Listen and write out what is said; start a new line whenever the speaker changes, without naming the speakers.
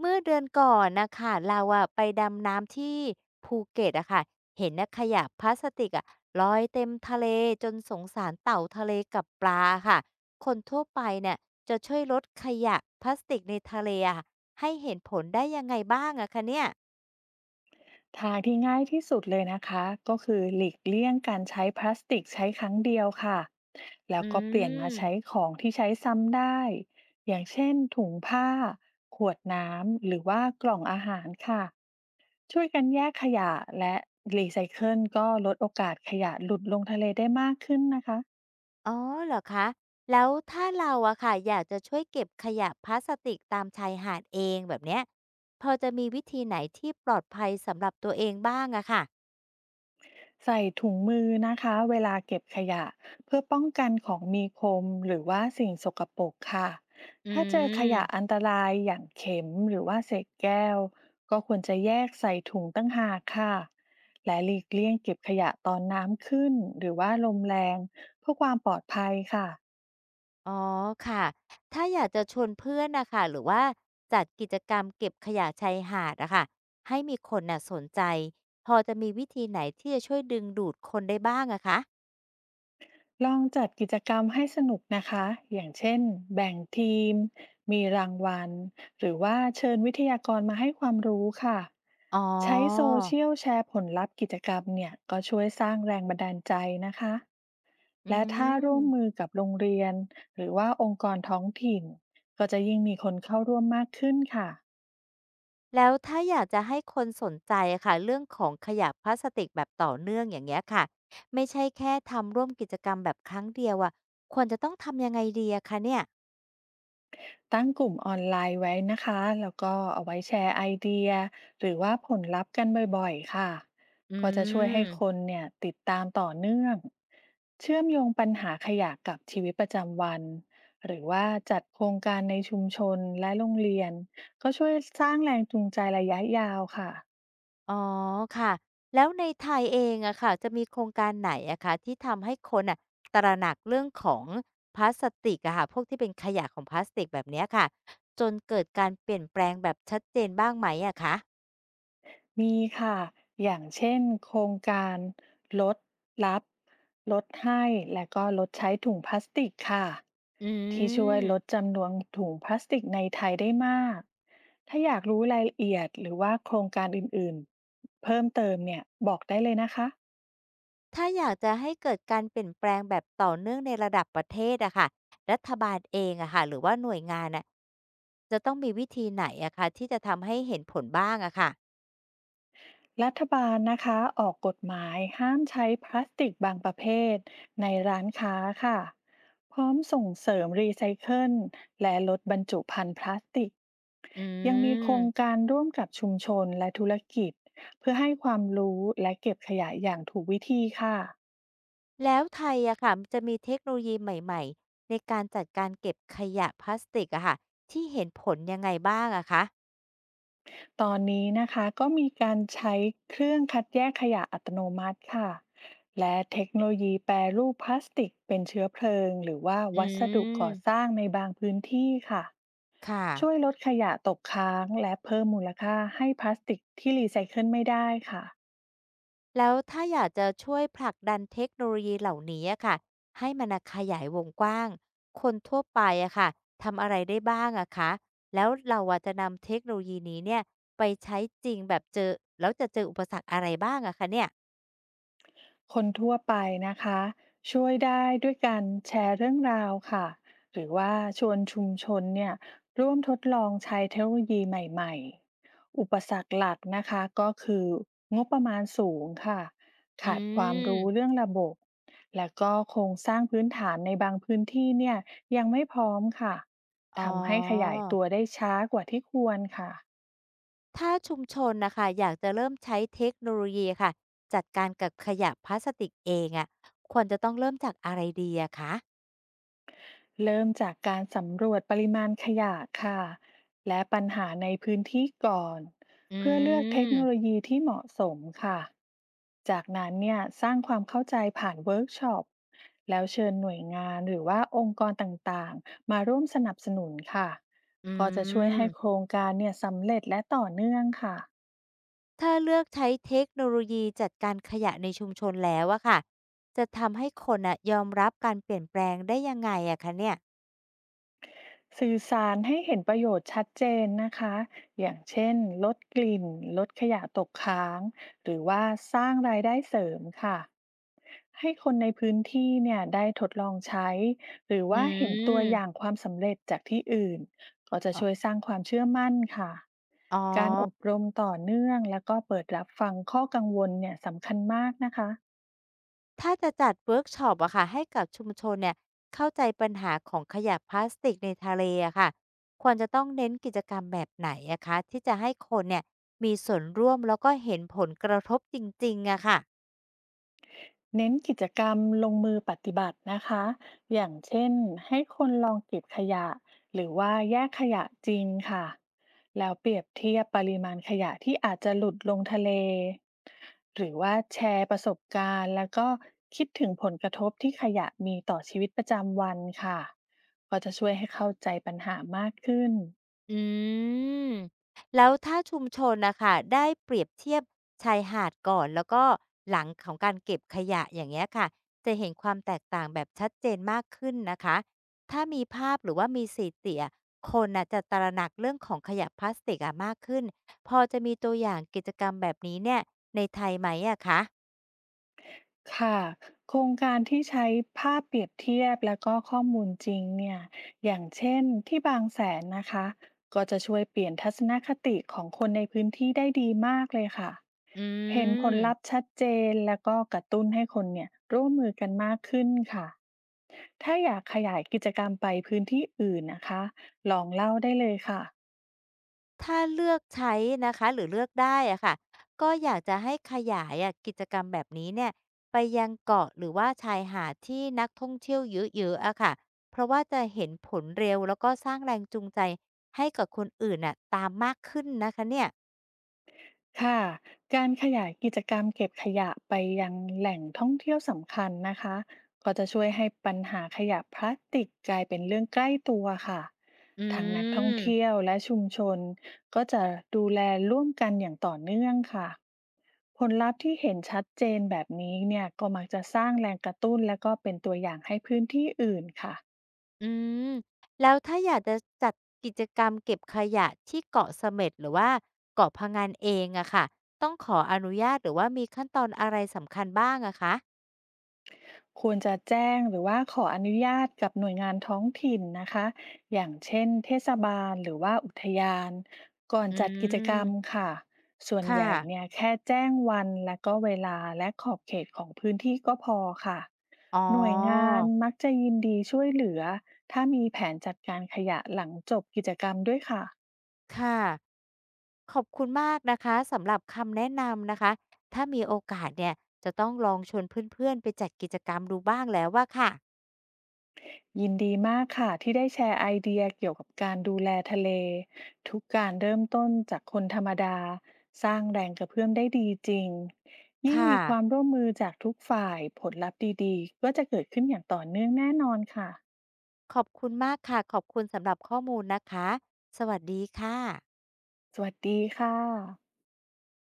เมื่อเดือนก่อนนะค่ะเราอะไปดำน้ำที่ภูเก็ตอะค่ะเห็นนะขยะพลาสติกอะลอยเต็มทะเลจนสงสารเต่าทะเลกับปลาค่ะคนทั่วไปเนี่ยจะช่วยลดขยะพลาสติกในทะเลอะะให้เห็นผลได้ยังไงบ้างอะคะเนี่ย
ทางที่ง่ายที่สุดเลยนะคะก็คือหลีกเลี่ยงการใช้พลาสติกใช้ครั้งเดียวค่ะแล้
อื
วก็เปลี่ยนมาใช้
ม
ของที่ใช้ซ้ำได้อย่างเช่นถุงผ้าขวดน้ำหรือว่ากล่องอาหารค่ะช่วยกันแยกขยะและรีไซเคิลก็ลดโอกาสขยะหลุดลงทะเลได้มากขึ้นนะคะ
อ๋อเหรอคะแล้วถ้าเราอะค่ะอยากจะช่วยเก็บขยะพลาสติกตามชายหาดเองแบบเนี้ยพอจะมีวิธีไหนที่ปลอดภัยสำหรับตัวเองบ้างอะค่ะ
ใส่ถุงมือนะคะเวลาเก็บขยะเพื่อป้องกันของมีคมหรือว่าสิ่งสกปรกค่ะ
อื
ถ้าเจอขยะอั
ม
นตรายอย่างเข็มหรือว่าเศษแก้วก็ควรจะแยกใส่ถุงตั้งหากค่ะและหลีกเลี่ยงเก็บขยะตอนน้ำขึ้นหรือว่าลมแรงเพื่อความปลอดภัยค่ะ
อ๋อค่ะ ถ้าอยากจะชวนเพื่อนนะคะหรือว่าจัดกิจกรรมเก็บขยะชายหาดอะค่ะให้มีคนน่ะสนใจพอจะมีวิธีไหนที่จะช่วยดึงดูดคนได้บ้างอะคะ
ลองจัดกิจกรรมให้สนุกนะคะ อย่างเช่นแบ่งทีม มีรางวัล หรือว่าเชิญวิทยากรมาให้ความรู้ค่ะ
อ๋อ
ใช้โซเชียลแชร์ผลลัพธ์กิจกรรมเนี่ยก็ช่วยสร้างแรงบันดาลใจนะคะ
อื
และถ้าร่วมมื
ม
อกับโรงเรียนหรือว่าองค์กรท้องถิ่นก็จะยิ่งมีคนเข้าร่วมมากขึ้นค่ะ
แล้วถ้าอยากจะให้คนสนใจอะค่ะเรื่องของขยะพลาสติกแบบต่อเนื่องอย่างเงี้ยค่ะไม่ใช่แค่ทำร่วมกิจกรรมแบบครั้งเดียวอะควรจะต้องทำยังไงดีอะคะเนี่ย
ตั้งกลุ่มออนไลน์ไว้นะคะแล้วก็เอาไว้แชร์ไอเดียหรือว่าผลลัพธ์กันบ่อยๆค่ะ
อื
ก็จะช่วยให้ค
ม
นเนี่ยติดตามต่อเนื่องเชื่อมโยงปัญหาขยะกับชีวิตประจำวันหรือว่าจัดโครงการในชุมชนและโรงเรียนก็ช่วยสร้างแรงจูงใจระยะยาวค่ะ
อ๋อค่ะแล้วในไทยเองอะค่ะจะมีโครงการไหนอะคะที่ทำให้คนน่ะตระหนักเรื่องของพลาสติกอะค่ะพวกที่เป็นขยะของพลาสติกแบบเนี้ยค่ะจนเกิดการเปลี่ยนแปลงแบบชัดเจนบ้างไหมอะคะ
มีค่ะ อย่างเช่นโครงการลดรับลดให้และก็ลดใช้ถุงพลาสติกค่ะ
อื
ที่ช่วยลด
ม
จำนวนถุงพลาสติกในไทยได้มาก ถ้าอยากรู้รายละเอียดหรือว่าโครงการอื่นๆเพิ่มเติมเนี่ยบอกได้เลยนะคะ
ถ้าอยากจะให้เกิดการเปลี่ยนแปลงแบบต่อเนื่องในระดับประเทศอะค่ะรัฐบาลเองอะค่ะหรือว่าหน่วยงานอะจะต้องมีวิธีไหนอะคะที่จะทำให้เห็นผลบ้างอะค่ะ
รัฐบาลนะคะออกกฎหมายห้ามใช้พลาสติกบางประเภทในร้านค้าค่ะพร้อมส่งเสริมรีไซเคิลและลดบรรจุภัณฑ์พลาสติก
อื
ยังมีโครง
ม
การร่วมกับชุมชนและธุรกิจเพื่อให้ความรู้และเก็บขยะอย่างถูกวิธีค่ะ
แล้วไทยอะค่ะมันจะมีเทคโนโลยีใหม่ๆในการจัดการเก็บขยะพลาสติกอะค่ะที่เห็นผลยังไงบ้างอะคะ
ตอนนี้นะคะก็มีการใช้เครื่องคัดแยกขยะอัตโนมัติค่ะและเทคโนโลยีแปรรูปพลาสติกเป็นเชื้อเพลิงหรือว่า
อื
วัสดุก่อส
ม
ร้างในบางพื้นที่ค่ะ
ค่ะ
ช่วยลดขยะตกค้างและเพิ่มมูลค่าให้พลาสติกที่รีไซเคิลไม่ได้ค่ะ
แล้วถ้าอยากจะช่วยผลักดันเทคโนโลยีเหล่านี้อะค่ะให้มันน่ะขยายวงกว้างคนทั่วไปอะค่ะทำอะไรได้บ้างอะคะแล้วเราอะจะนำเทคโนโลยีนี้เนี่ยไปใช้จริงแบบเจอแล้วจะเจออุปสรรคอะไรบ้างอะคะเนี่ย
คนทั่วไปนะคะช่วยได้ด้วยการแชร์เรื่องราวค่ะหรือว่าชวนชุมชนเนี่ยร่วมทดลองใช้เทคโนโลยีใหม่ๆอุปสรรคหลักนะคะก็คืองบประมาณสูงค่ะ
อื
ขาดความรู้
ม
เรื่องระบบและก็โครงสร้างพื้นฐานในบางพื้นที่เนี่ยยังไม่พร้อมค่ะ
อ๋อ
ทำให้ขยายตัวได้ช้ากว่าที่ควรค่ะ
ถ้าชุมชนนะคะอยากจะเริ่มใช้เทคโนโลยีค่ะจัดการกับขยะพลาสติกเองอะะควรจะต้องเริ่มจากอะไรดีอะคะ
เริ่มจากการสำรวจปริมาณขยะค่ะและปัญหาในพื้นที่ก่อน
อื
เพื่อเลือกเทคโนโล
ม
ยีที่เหมาะสมค่ะจากนั้นเนี่ยสร้างความเข้าใจผ่านเวิร์กช็อปแล้วเชิญหน่วยงานหรือว่าองค์กรต่างๆมาร่วมสนับสนุนค่ะ
อื
ก็จะช่วย
ม
ให้โครงการเนี่ยสำเร็จและต่อเนื่องค่ะ
ถ้าเลือกใช้เทคโนโลยีจัดการขยะในชุมชนแล้วอะค่ะจะทำให้คนอะยอมรับการเปลี่ยนแปลงได้ยังไงอะคะเนี่ย
สื่อสารให้เห็นประโยชน์ชัดเจนนะคะอย่างเช่นลดกลิ่นลดขยะตกค้างหรือว่าสร้างรายได้เสริมค่ะให้คนในพื้นที่เนี่ยได้ทดลองใช้หรือ
อื
ว่าเห็นตัวอย่าง
ม
ความสำเร็จจากที่อื่นก็จะ
ออ
ช่วยสร้างความเชื่อมั่นค่ะ
อ๋อ
การอบรมต่อเนื่องแล้วก็เปิดรับฟังข้อกังวลเนี่ยสำคัญมากนะคะ
ถ้าจะจัดเวิร์กช็อปอะค่ะให้กับชุมชนเนี่ยเข้าใจปัญหาของขยะพลาสติกในทะเลอะค่ะควรจะต้องเน้นกิจกรรมแบบไหนอะคะที่จะให้คนเนี่ยมีส่วนร่วมแล้วก็เห็นผลกระทบจริงๆอะค่ะ
เน้นกิจกรรมลงมือปฏิบัตินะคะ อย่างเช่นให้คนลองเก็บขยะ หรือว่าแยกขยะจริงค่ะ แล้วเปรียบเทียบปริมาณขยะที่อาจจะหลุดลงทะเล หรือว่าแชร์ประสบการณ์แล้วก็คิดถึงผลกระทบที่ขยะมีต่อชีวิตประจำวันค่ะ ก็จะช่วยให้เข้าใจปัญหามากขึ้น
อืมแล้วถ้าชุมชนนะคะได้เปรียบเทียบชายหาดก่อนแล้วก็หลังของการเก็บขยะอย่างเงี้ยค่ะจะเห็นความแตกต่างแบบชัดเจนมากขึ้นนะคะถ้ามีภาพหรือว่ามีสีเตียคนน่ะจะตระหนักเรื่องของขยะพลาสติกอะมากขึ้นพอจะมีตัวอย่างกิจกรรมแบบนี้เนี่ยในไทยไหมอะคะ
ค่ะโครงการที่ใช้ภาพเปรียบเทียบแล้วก็ข้อมูลจริงเนี่ยอย่างเช่นที่บางแสนนะคะก็จะช่วยเปลี่ยนทัศนคติของคนในพื้นที่ได้ดีมากเลยค่ะ
อื
เห็นผลลัพ
ม
ธ์ชัดเจนแล้วก็กระตุ้นให้คนเนี่ยร่วมมือกันมากขึ้นค่ะถ้าอยากขยายกิจกรรมไปพื้นที่อื่นนะคะลองเล่าได้เลยค่ะ
ถ้าเลือกใช้นะคะหรือเลือกได้อะค่ะก็อยากจะให้ขยายอะกิจกรรมแบบนี้เนี่ยไปยังเกาะหรือว่าชายหาดที่นักท่องเที่ยวเยอะๆอะค่ะเพราะว่าจะเห็นผลเร็วแล้วก็สร้างแรงจูงใจให้กับคนอื่นน่ะตามมากขึ้นนะคะเนี่ย
ค่ะการขยายกิจกรรมเก็บขยะไปยังแหล่งท่องเที่ยวสำคัญนะคะก็จะช่วยให้ปัญหาขยะพลาสติกกลายเป็นเรื่องใกล้ตัวค่ะ
อื
ทางนักท่องเที่ยว
ม
และชุมชนก็จะดูแลร่วมกันอย่างต่อเนื่องค่ะผลลัพธ์ที่เห็นชัดเจนแบบนี้เนี่ยก็มักจะสร้างแรงกระตุ้นและก็เป็นตัวอย่างให้พื้นที่อื่นค่ะ
อืมแล้วถ้าอยากจะจัดกิจกรรมเก็บขยะที่เกาะเสม็ดหรือว่าเกาะพะงันเองอะค่ะต้องขออนุญาตหรือว่ามีขั้นตอนอะไรสำคัญบ้างอะคะ
ควรจะแจ้งหรือว่าขออนุญาตกับหน่วยงานท้องถิ่นนะคะอย่างเช่นเทศบาลหรือว่าอุทยานก่อน
อ
จัดกิจกรรม
ืม
ค่ะส่วนให
ค่ะ
ญ่เนี่ยแค่แจ้งวันและก็เวลาและขอบเขตของพื้นที่ก็พอค่ะ
อ๋อ
หน่วยงานมักจะยินดีช่วยเหลือถ้ามีแผนจัดการขยะหลังจบกิจกรรมด้วยค่ะ
ค่ะขอบคุณมากนะคะสำหรับคำแนะนำนะคะ ถ้ามีโอกาสเนี่ยจะต้องลองชวนเพื่อนๆไปจัดกิจกรรมดูบ้างแล้วว่าค่ะ
ยินดีมากค่ะที่ได้แชร์ไอเดียเกี่ยวกับการดูแลทะเลทุกการเริ่มต้นจากคนธรรมดาสร้างแรงกระเพื่อมได้ดีจริงยิ่ง
ค่ะ
มีความร่วมมือจากทุกฝ่ายผลลัพธ์ดีๆก็จะเกิดขึ้นอย่างต่อเนื่องแน่นอนค่ะ
ขอบคุณมากค่ะ ขอบคุณสำหรับข้อมูลนะคะ สวัสดีค่ะ
สวัสดีค่ะ